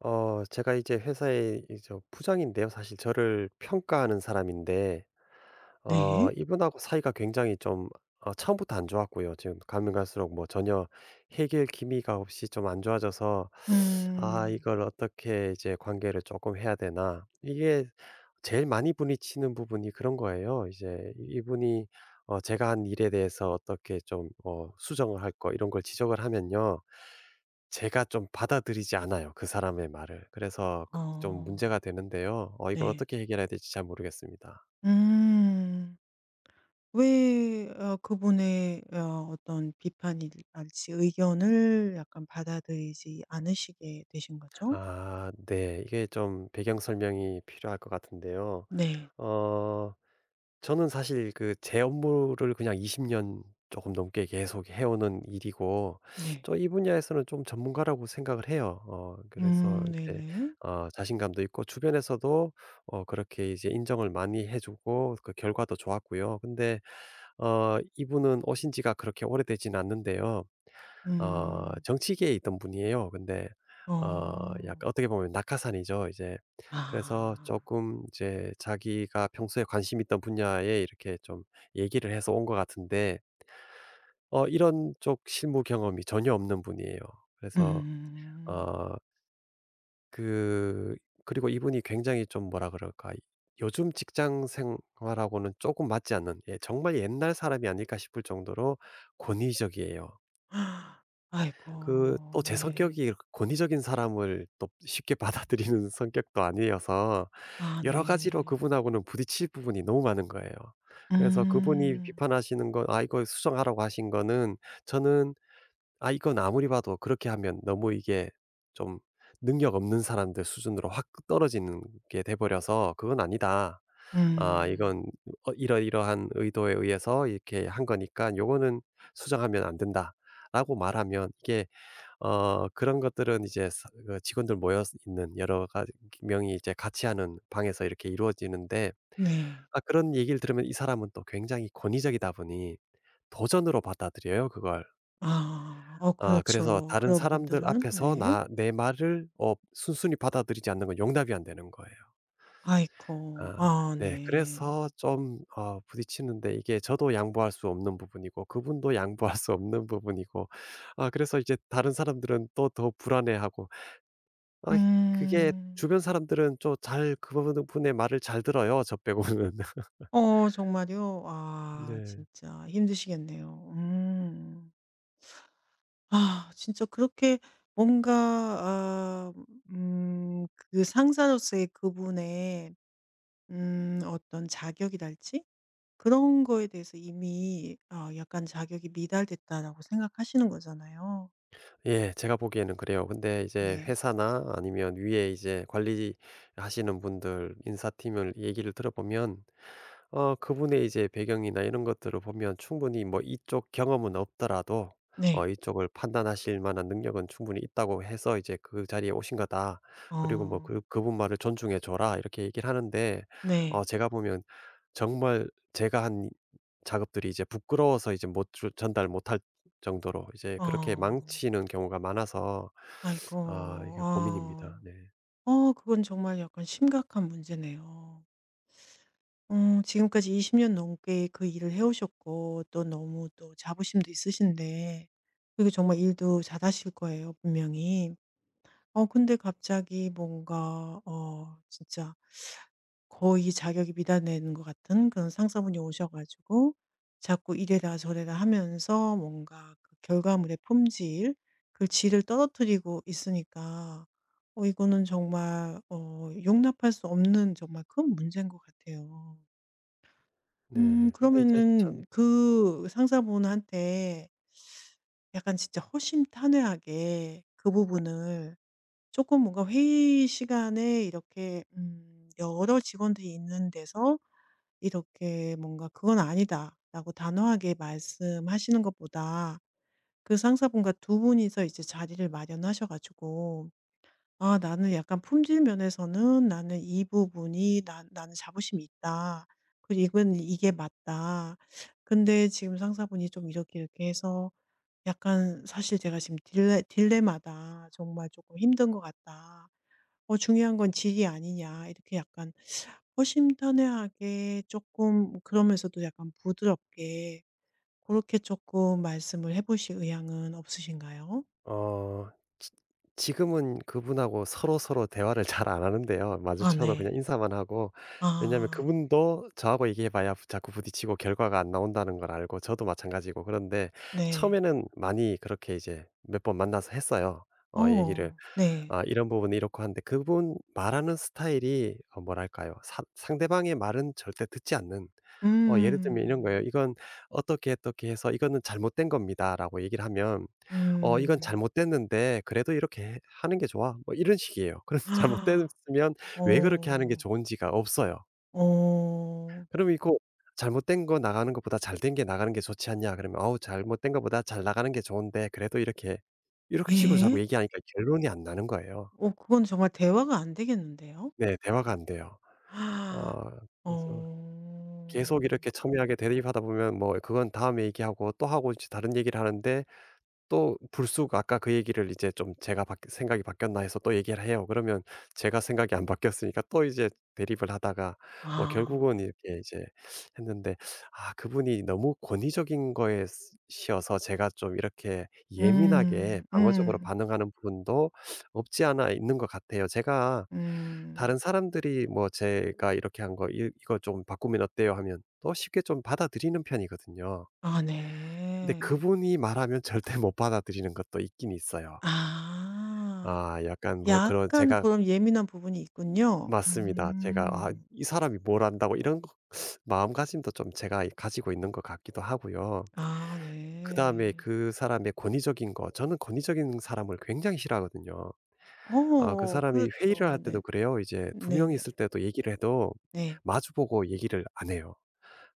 제가 이제 회사의 이 부장인데요. 사실 저를 평가하는 사람인데 네. 이분하고 사이가 굉장히 좀 처음부터 안 좋았고요. 지금 가면 갈수록 뭐 전혀 해결 기미가 없이 좀 안 좋아져서 '아 음. 이걸 어떻게 이제 관계를 조금 해야 되나.' 이게 제일 많이 부딪히는 부분이 그런 거예요. 이제 이분이 제가 한 일에 대해서 어떻게 좀 수정을 할 거 이런 걸 지적을 하면요. 제가 좀 받아들이지 않아요, 그 사람의 말을. 그래서 어 그 좀 문제가 되는데요. 이걸 네. 어떻게 해결해야 될지 잘 모르겠습니다. 음. 왜 어 그분의 어 어떤 비판이랄지 의견을 약간 받아들이지 않으시게 되신 거죠? 아 네. 이게 좀 배경 설명이 필요할 것 같은데요. 네. 어 저는 사실 그 제 업무를 그냥 20년 조금 넘게 계속 해 오는 일이고 네. 저 이 분야에서는 좀 전문가라고 생각을 해요. 그래서 이제 네네. 자신감도 있고 주변에서도 그렇게 이제 인정을 많이 해 주고 그 결과도 좋았고요. 근데 이분은 오신 지가 그렇게 오래되진 않는데요. 음. 정치계에 있던 분이에요. 근데 어 어. 약간 어떻게 보면 낙하산이죠 이제. 그래서 아. 조금 이제 자기가 평소에 관심 있던 분야에 이렇게 좀 얘기를 해서 온 것 같은데 이런 쪽 실무 경험이 전혀 없는 분이에요. 그래서 음. 어 그 그리고 이분이 굉장히 좀 뭐라 그럴까? 요즘 직장 생활하고는 조금 맞지 않는 예 정말 옛날 사람이 아닐까 싶을 정도로 권위적이에요. 아, 그 또 아이고. 제 네. 성격이 이렇게 권위적인 사람을 또 쉽게 받아들이는 성격도 아니어서 아 여러 가지로 네. 그분하고는 부딪힐 부분이 너무 많은 거예요. 그래서 그분이 음. 비판하시는 거 아 이거 수정하라고 하신 거는 저는 아 이건 아무리 봐도 그렇게 하면 너무 이게 좀 능력 없는 사람들 수준으로 확 떨어지는 게 돼 버려서 그건 아니다. 아 음. 이건 이러이러한 의도에 의해서 이렇게 한 거니까 요거는 수정하면 안 된다라고 말하면 이게 그런 것들은 이제 사 그 직원들 모여 있는 여러 가 명이 이제 같이 하는 방에서 이렇게 이루어지는데 네. 아 그런 얘기를 들으면 이 사람은 또 굉장히 권위적이다 보니 도전으로 받아들여요 그걸. 아. 어 아 그래서 그렇죠. 다른 그런 사람들 분들은 앞에서 네. 나 내 말을 순순히 받아들이지 않는 건 용납이 안 되는 거예요. 아이코. 아 아 네. 네. 그래서 좀 부딪히는데 이게 저도 양보할 수 없는 부분이고 그분도 양보할 수 없는 부분이고 아 그래서 이제 다른 사람들은 또 더 불안해하고 아 그게 음. 주변 사람들은 좀 잘 그분의 말을 잘 들어요, 저 빼고는. 어 정말요? 아 네. 진짜 힘드시겠네요. 음. 아 진짜 그렇게 뭔가 아 음 그 상사로서의 그분의 어떤 자격이랄지 그런 거에 대해서 이미 아 약간 '자격이 미달됐다.'라고 생각하시는 거잖아요. 예. 제가 보기에는 그래요. 근데 이제 네. 회사나 아니면 위에 이제 관리하시는 분들 인사팀을 얘기를 들어보면 그분의 이제 배경이나 이런 것들을 보면 충분히 뭐 이쪽 경험은 없더라도 네. 이쪽을 판단하실 만한 능력은 충분히 있다고 해서 이제 "그 자리에 오신 거다. 그리고 뭐 어. 그 그분 말을 존중해 줘라." 이렇게 얘기를 하는데 네. 제가 보면 정말 제가 한 작업들이 이제 부끄러워서 이제 못 주 전달 못할 정도로 이제 그렇게 어. 망치는 경우가 많아서 아이고. 아 이게 어. 고민입니다. 네. 어 그건 정말 약간 심각한 문제네요. 어 지금까지 20년 넘게 그 일을 해 오셨고 또 너무 또 자부심도 있으신데, 그리고 정말 일도 잘하실 거예요 분명히. 어 근데 갑자기 뭔가 어 진짜 거의 자격이 미달되는 것 같은 그런 상사분이 오셔 가지고 자꾸 이래라 저래라 하면서 뭔가 그 결과물의 품질, 그 질을 떨어뜨리고 있으니까 어 이거는 정말 어 용납할 수 없는 정말 큰 문제인 것 같아요. 네. 근데 이제 참 그러면은 그 상사분한테 약간 진짜 허심탄회하게 그 부분을 조금 뭔가 회의 시간에 이렇게 여러 직원들이 있는 데서 이렇게 뭔가 "그건 아니다."라고 단호하게 말씀하시는 것보다 그 상사분과 두 분이서 이제 자리를 마련하셔 가지고 "아 나는 약간 품질 면에서는 나는 이 부분이 나 나는 자부심이 있다. 그리고 이건 이게 맞다. 근데 지금 상사분이 좀 이렇게 이렇게 해서 약간 사실 제가 지금 딜레마다. 정말 조금 힘든 것 같다." 어 '중요한 건 질이 아니냐.' 이렇게 약간 허심탄회하게 조금 그러면서도 약간 부드럽게 그렇게 조금 말씀을 해 보실 의향은 없으신가요? 어 지 지금은 그분하고 서로서로 대화를 잘 안 하는데요. 아 마주쳐도 그냥 네. 인사만 하고 왜냐하면 아 그분도 저하고 얘기해 봐야 자꾸 부딪히고 결과가 안 나온다는 걸 알고 저도 마찬가지고 그런데 네. 처음에는 많이 그렇게 이제 몇 번 만나서 했어요, 얘기를. 어 네. 아 이런 부분은 이렇고 한데 그분 말하는 스타일이 뭐랄까요? 사 상대방의 말은 절대 듣지 않는 예를 들면 이런 거예요. 음. "이건 어떻게 어떻게 해서 이거는 잘못된 겁니다."라고 얘기를 하면 이건 음. 잘못됐는데 그래도 이렇게 해 하는 게 좋아." 뭐 이런 식이에요. 그럼 아, 잘못됐으면 왜 그렇게 하는 게 어. 좋은지가 없어요. 어. 그럼 이거 "잘못된 거 나가는 것보다 잘 된 게 나가는 게 좋지 않냐?" 그러면 아우 잘못된 것보다 잘 나가는 게 좋은데 그래도 이렇게" 이렇게 식으로 자꾸 예? 얘기하니까 결론이 안 나는 거예요. 어 그건 정말 대화가 안 되겠는데요? 네. 대화가 안 돼요. 아, 어 그래서 어. 계속 이렇게 첨예하게 대립하다 보면 뭐 그건 다음에 얘기하고 또 하고 이제 다른 얘기를 하는데 또 불쑥 아까 그 얘기를 이제 좀 제가 바 생각이 바뀌었나 해서 또 얘기를 해요. 그러면 제가 생각이 안 바뀌었으니까 또 이제 대립을 하다가 뭐 아. 결국은 이렇게 이제 했는데 아 그분이 너무 권위적인 거에 스 시어서 제가 좀 이렇게 예민하게 음. 방어적으로 음. 반응하는 부분도 없지 않아 있는 것 같아요. 제가 다른 음. 사람들이 뭐 "제가 이렇게 한 거 이거 좀 바꾸면 어때요?" 하면 또 쉽게 좀 받아들이는 편이거든요. 아 근데 네. 그분이 말하면 절대 못 받아들이는 것도 있긴 있어요. 아. 아 약간 뭐 그런 약간 제가 그런 예민한 부분이 있군요. 맞습니다. 제가 '아 음. 이 사람이 뭘 안다고.' 이런 거 마음가짐도 좀 제가 가지고 있는 것 같기도 하고요. 아 그다음에 네. 그 사람의 권위적인 거 저는 권위적인 사람을 굉장히 싫어하거든요. 아 그 어 사람이 회의를 할 그렇죠. 때도 네. 그래요. 이제 두 명이 네네. 있을 때도 얘기를 해도 네. 마주 보고 얘기를 안 해요.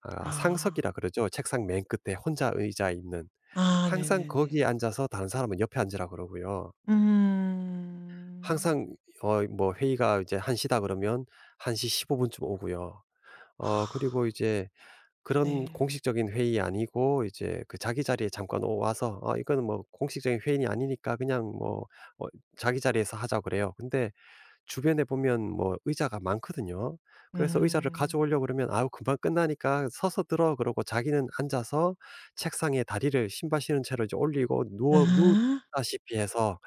아 아. 상석이라 그러죠. 책상 맨 끝에 혼자 의자 있는. 아 항상 거기에 네네네. 앉아서 다른 사람은 옆에 앉으라 그러고요. 음. 항상 뭐 회의가 이제 1시다 그러면 1시 15분쯤 오고요. 그리고 하, 이제 그런 네. 공식적인 회의 아니고 이제 그 자기 자리에 잠깐 오 와서 "아 이거는 뭐 공식적인 회의는 아니니까 그냥 뭐 어 자기 자리에서 하자." 그래요. 근데 주변에 보면 뭐 의자가 많거든요. 그래서 의자를 음. 가져오려고 그러면 아우 금방 끝나니까 서서 들어." 그러고 자기는 앉아서 책상에 다리를 신발 신은 채로 이제 올리고 누워 누 아. 다시피 해서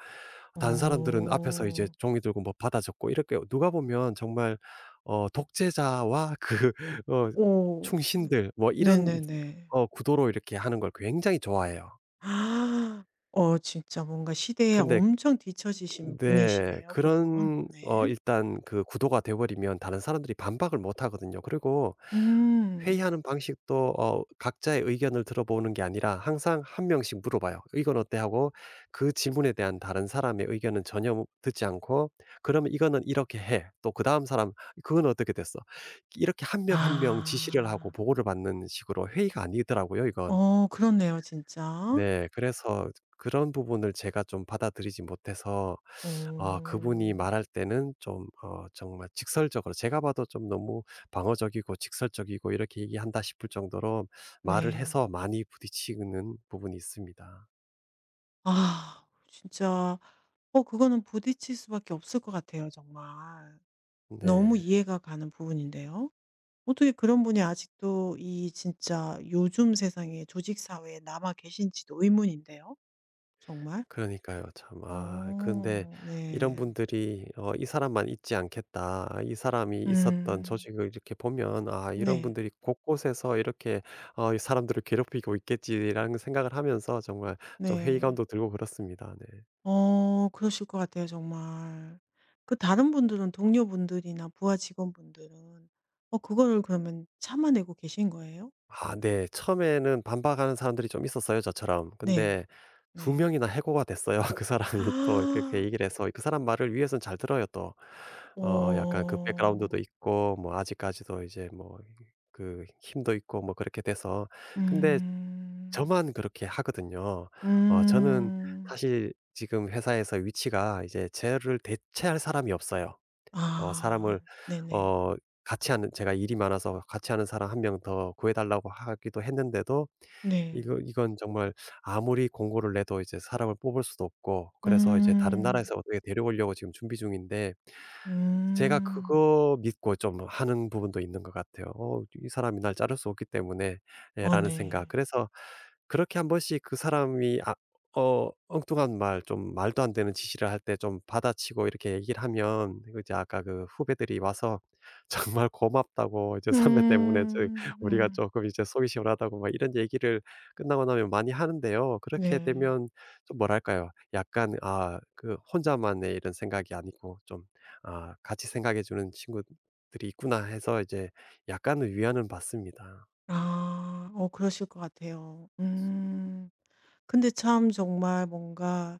다른 사람들은 앞에서 이제 오, 종이 들고 뭐 받아 적고 이렇게 누가 보면 정말 독재자와 그 어 오, 충신들 뭐 이런 네네네. 구도로 이렇게 하는 걸 굉장히 좋아해요. 아. 어 진짜 뭔가 시대에 근데 엄청 뒤처지신 네. 분이시네요 그분. 그런 네. 일단 그 구도가 돼 버리면 다른 사람들이 반박을 못 하거든요. 그리고 음. 회의하는 방식도 각자의 의견을 들어보는 게 아니라 항상 한 명씩 물어봐요. "이건 어때?" 하고 그 질문에 대한 다른 사람의 의견은 전혀 듣지 않고 "그러면 이거는 이렇게 해." 또 그다음 사람 "그건 어떻게 됐어?" 이렇게 한 명 한 명 지시를 하고 아. 보고를 받는 식으로 회의가 아니더라고요 이건. 어 그렇네요 진짜. 네. 그래서 그런 부분을 제가 좀 받아들이지 못해서 오. 아 그분이 말할 때는 좀 정말 직설적으로 제가 봐도 좀 너무 방어적이고 직설적이고 이렇게 얘기한다 싶을 정도로 말을 네. 해서 많이 부딪히는 부분이 있습니다. 아 진짜 어 그거는 부딪힐 수밖에 없을 것 같아요 정말. 너무 네. 이해가 가는 부분인데요. 어떻게 그런 분이 아직도 이 진짜 요즘 세상의 조직 사회에 남아 계신지도 의문인데요 정말. 그러니까요. 참 아 근데 어 이런 네. 분들이 '이 사람만 있지 않겠다. 아, 이 사람이 있었던 음. 조직을 이렇게 보면 아 이런 네. 분들이 곳곳에서 이렇게 이 사람들을 괴롭히고 있겠지.'라는 생각을 하면서 정말 좀 네. 회의감도 들고 그렇습니다. 네. 어 그러실 것 같아요 정말. 그 다른 분들은 동료분들이나 부하 직원분들은 어 그거를 그러면 참아내고 계신 거예요? 아 네. 처음에는 반박하는 사람들이 좀 있었어요, 저처럼. 네. 근데 2 네. 명이나 해고가 됐어요. 그 사람이 또 그렇게 아, 얘기를 해서 그 사람 말을 위에서는 잘 들어요, 또. 약간 그 어. 백그라운드도 있고 뭐 아직까지도 이제 뭐 그 힘도 있고 뭐 그렇게 돼서. 근데 음. 저만 그렇게 하거든요. 저는 음. 사실 지금 회사에서 위치가 이제 저를 대체할 사람이 없어요. 아. 사람을 네네. 어 같이 하는 제가 일이 많아서 같이 하는 사람 한 명 더 구해 달라고 하기도 했는데도 네. 이거 이건 정말 아무리 공고를 내도 이제 사람을 뽑을 수도 없고 그래서 이제 다른 음. 나라에서 어떻게 데려오려고 지금 준비 중인데 제가 음. 그거 믿고 좀 하는 부분도 있는 것 같아요. '어 이 사람이 날 자를 수 없기 때문에.' 예 어 라는 생각. 네. 그래서 그렇게 한 번씩 그 사람이 아 엉뚱한 말 좀 말도 안 되는 지시를 할 때 좀 받아치고 이렇게 얘기를 하면 그 이제 아까 그 후배들이 와서 정말 고맙다고 이제 "선배 때문에 음. 우리가 음. 조금 이제 속이 시원하다."고 막 이런 얘기를 끝나고 나면 많이 하는데요. 그렇게 네. 되면 좀 뭐랄까요? 약간 아 그 혼자만의 이런 생각이 아니고 좀 '아 같이 생각해 주는 친구들이 있구나.' 해서 이제 약간의 위안은 받습니다. 아. 어 그러실 것 같아요. 음. 근데 참 정말 뭔가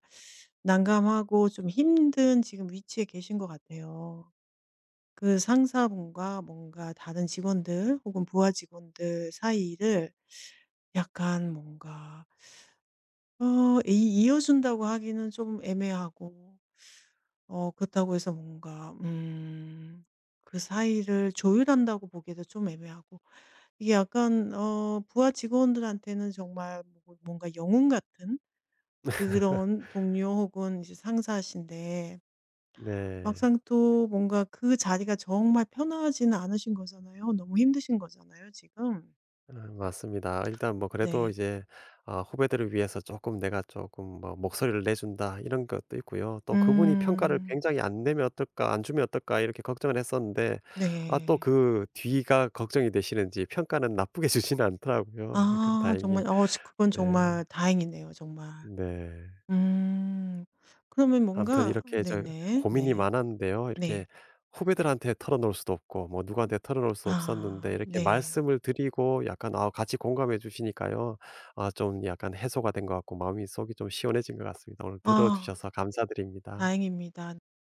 난감하고 좀 힘든 지금 위치에 계신 것 같아요. 그 상사분과 뭔가 다른 직원들 혹은 부하 직원들 사이를 약간 뭔가 어 이 이어준다고 하기는 좀 애매하고, 어 그렇다고 해서 뭔가 그 사이를 조율한다고 보기에도 좀 애매하고, 이게 약간 어 부하 직원들한테는 정말 뭐 뭔가 영웅 같은 그런 동료 혹은 이제 상사신데 네. 막상 또 뭔가 그 자리가 정말 편하지는 않으신 거잖아요. 너무 힘드신 거잖아요, 지금. 아 맞습니다. 일단 뭐 그래도 네. 이제 아 후배들을 위해서 조금 내가 조금 뭐 '목소리를 내준다.' 이런 것도 있고요. 또 그분이 '평가를 음. 굉장히 안 내면 어떨까? 안 주면 어떨까?' 이렇게 걱정을 했었는데 아 또 네. 그 뒤가 걱정이 되시는지 평가는 나쁘게 주지는 않더라고요. 네, 그래 아 다행히. 정말 어 지 그건 네. 정말 다행이네요, 정말. 네. 음. 그러면 아무튼 뭔가 이렇게 저 네네. 고민이 네. 많았는데요. 이렇게 네. 후배들한테 털어놓을 수도 없고 뭐 누구한테 털어놓을 수 없었는데 아 이렇게 네. 말씀을 드리고 약간 아 같이 공감해 주시니까요. 아 좀 약간 해소가 된 것 같고 마음이 속이 좀 시원해진 것 같습니다. 오늘 아 들어주셔서 감사드립니다. 다행입니다.